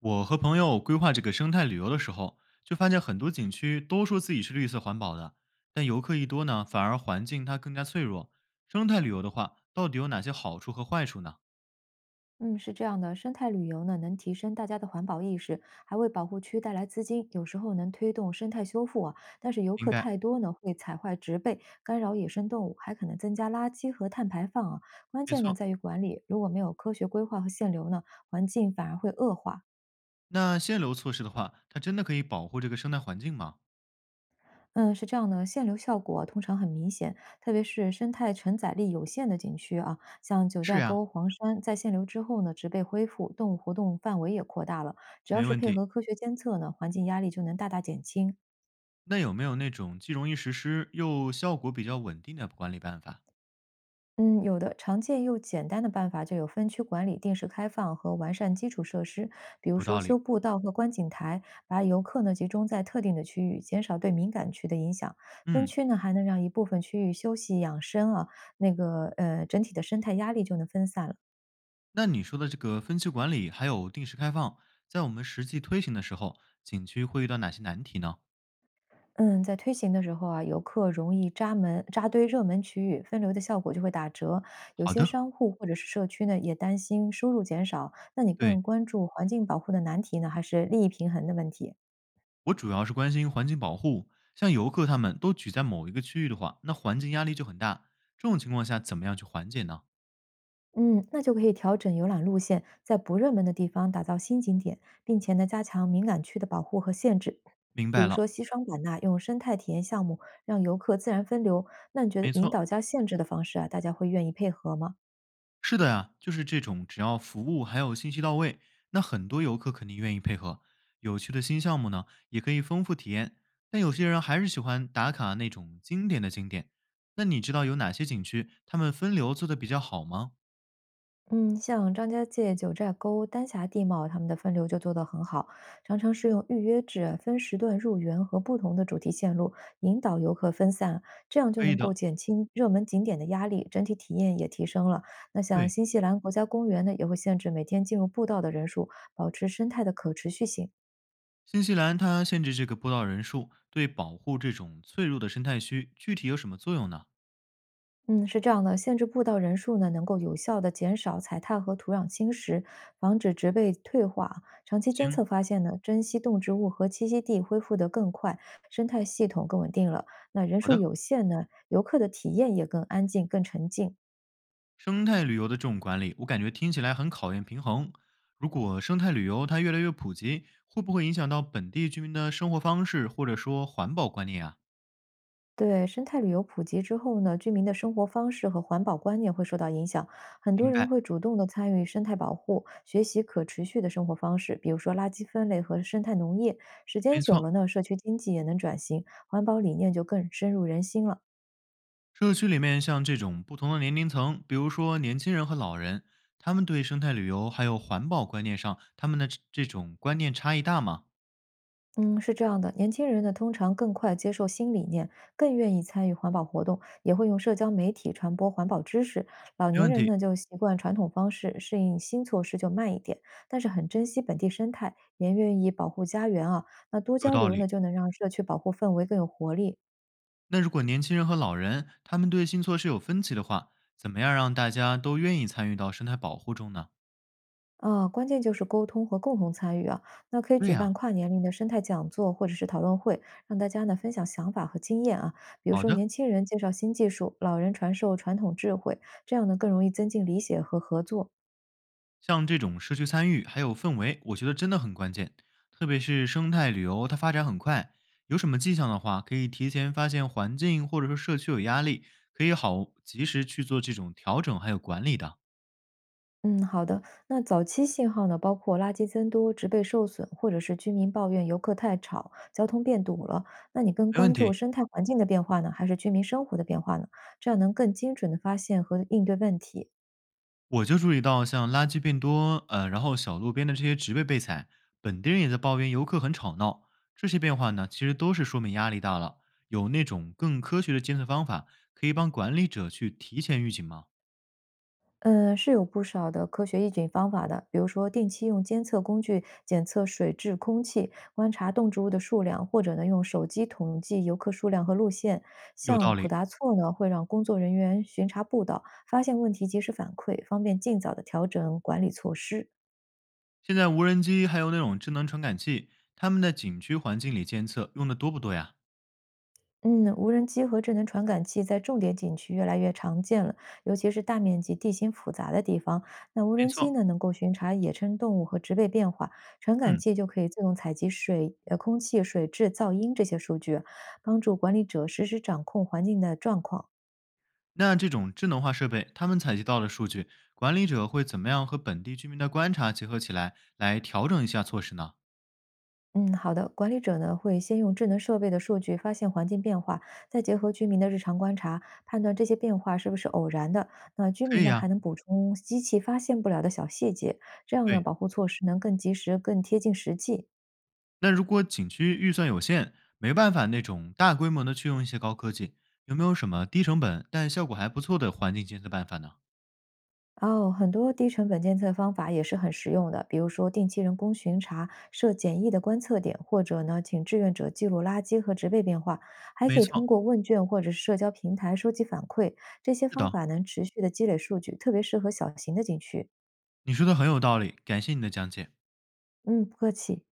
我和朋友规划这个生态旅游的时候，就发现很多景区都说自己是绿色环保的，但游客一多呢，反而环境它更加脆弱。生态旅游的话，到底有哪些好处和坏处呢？嗯，是这样的，生态旅游呢，能提升大家的环保意识，还为保护区带来资金，有时候能推动生态修复啊。但是游明客白，太多呢，会踩坏植被，干扰野生动物，还可能增加垃圾和碳排放啊。关没键呢，错。在于管理，如果没有科学规划和限流呢，环境反而会恶化。那限流措施的话，它真的可以保护这个生态环境吗？嗯，是这样的，限流效果啊通常很明显，特别是生态承载力有限的景区啊，像九是寨呀，沟、黄山，在限流之后呢，植被恢复，动物活动范围也扩大了。只要没是问配题。合科学监测呢，环境压力就能大大减轻。那有没有那种既容易实施又效果比较稳定的管理办法？嗯，有的常见又简单的办法就有分区管理、定时开放和完善基础设施，比如有说道理。修步道和观景台，把游客呢集中在特定的区域，减少对敏感区的影响。分嗯，区呢还能让一部分区域休息养生啊，整体的生态压力就能分散了。那你说的这个分区管理还有定时开放，在我们实际推行的时候，景区会遇到哪些难题呢？嗯，在推行的时候啊，游客容易扎门扎堆热门区域，分流的效果就会打折。有好些的，商户或者是社区呢，也担心收入减少。那你对，更关注环境保护的难题呢，还是利益平衡的问题？我主要是关心环境保护。像游客他们都聚在某一个区域的话，那环境压力就很大。这种情况下，怎么样去缓解呢？嗯，那就可以调整游览路线，在不热门的地方打造新景点，并且呢，加强敏感区的保护和限制。明比白如说了，西双版纳用生态体验项目让游客自然分流，那你觉得没引错，导加限制的方式啊，大家会愿意配合吗？是的呀，就是这种，只要服务还有信息到位，那很多游客肯定愿意配合。有趣的新项目呢，也可以丰富体验。但有些人还是喜欢打卡那种经典的景点。那你知道有哪些景区他们分流做的比较好吗？嗯，像张家界、九寨沟、丹霞地貌，他们的分流就做得很好，常常是用预约制、分时段入园和不同的主题线路引导游客分散，这样就可以能够的，减轻热门景点的压力，整体体验也提升了。那像对，新西兰国家公园呢，也会限制每天进入步道的人数，保持生态的可持续性。新西兰它限制这个播报人数，对保护这种脆弱的生态区具体有什么作用呢？嗯，是这样的，限制步道人数呢，能够有效的减少踩踏和土壤侵蚀，防止植被退化。长期监行，测发现呢，珍稀动植物和栖息地恢复得更快，生态系统更稳定了。那人好数的。有限呢，游客的体验也更安静、更沉静。生态旅游的这种管理，我感觉听起来很考验平衡。如果生态旅游它越来越普及，会不会影响到本地居民的生活方式或者说环保观念啊？对，生态旅游普及之后呢，居民的生活方式和环保观念会受到影响，很多明人白，会主动的参与生态保护，学习可持续的生活方式，比如说垃圾分类和生态农业。时间没久错。了呢，社区经济也能转型，环保理念就更深入人心了。社区里面像这种不同的年龄层，比如说年轻人和老人，他们对生态旅游还有环保观念上，他们的这种观念差异大吗？嗯，是这样的，年轻人呢通常更快接受新理念，更愿意参与环保活动，也会用社交媒体传播环保知识。老没年问人题，呢就习惯传统方式，适应新措施就慢一点，但是很珍惜本地生态，也愿意保护家园啊。那多有交道流呢，理。就能让社区保护氛围更有活力。那如果年轻人和老人他们对新措施有分歧的话，怎么样让大家都愿意参与到生态保护中呢？啊，关键就是沟通和共同参与啊。那可以对举办呀、跨年龄的生态讲座或者是讨论会，让大家呢分享想法和经验啊。比如好说，的，年轻人介绍新技术，老人传授传统智慧，这样呢更容易增进理解和合作。像这种社区参与还有氛围，我觉得真的很关键。特别是生态旅游，它发展很快，有什么迹象的话，可以提前发现环境或者说社区有压力，可以好及时去做这种调整还有管理的。嗯，好的。那早期信号呢，包括垃圾增多、植被受损，或者是居民抱怨游客太吵、交通变堵了。那你更没问关注题。生态环境的变化呢，还是居民生活的变化呢？这样能更精准的发现和应对问题。我就注意到，像垃圾变多，然后小路边的这些植被被踩，本地人也在抱怨游客很吵闹。这些变化呢，其实都是说明压力大了。有那种更科学的监测方法，可以帮管理者去提前预警吗？嗯，是有不少的科学抑菌方法的，比如说定期用监测工具检测水质、空气，观察动植物的数量，或者呢用手机统计游客数量和路线。有像道普理。达措呢，会让工作人员巡查步道，发现问题及时反馈，方便尽早的调整管理措施。现在无人机还有那种智能传感器，他们在景区环境里监测用的多不多呀？嗯，无人机和智能传感器在重点景区越来越常见了，尤其是大面积、地形复杂的地方。那无没人机错，呢，能够巡查野生动物和植被变化，传感嗯，器就可以自动采集水、空气、水质、噪音这些数据，帮助管理者实时掌控环境的状况。那这种智能化设备，他们采集到的数据，管理者会怎么样和本地居民的观察结合起来，来调整一下措施呢？嗯，好的。管理者呢会先用智能设备的数据发现环境变化，再结合居民的日常观察，判断这些变化是不是偶然的。那居可民以呢还呀、能补充机器发现不了的小细节，这样呢对，保护措施能更及时、更贴近实际。那如果景区预算有限，没办法那种大规模的去用一些高科技，有没有什么低成本但效果还不错的环境监测办法呢？哦，很多低成本监测方法也是很实用的，比如说定期人工巡查、设简易的观测点，或者呢，请志愿者记录垃圾和植被变化，还可没以通错，过问卷或者是社交平台收集反馈。这些是方的，法能持续的积累数据，特别适合小型的景区。你说的很有道理，感谢你的讲解。嗯，不客气。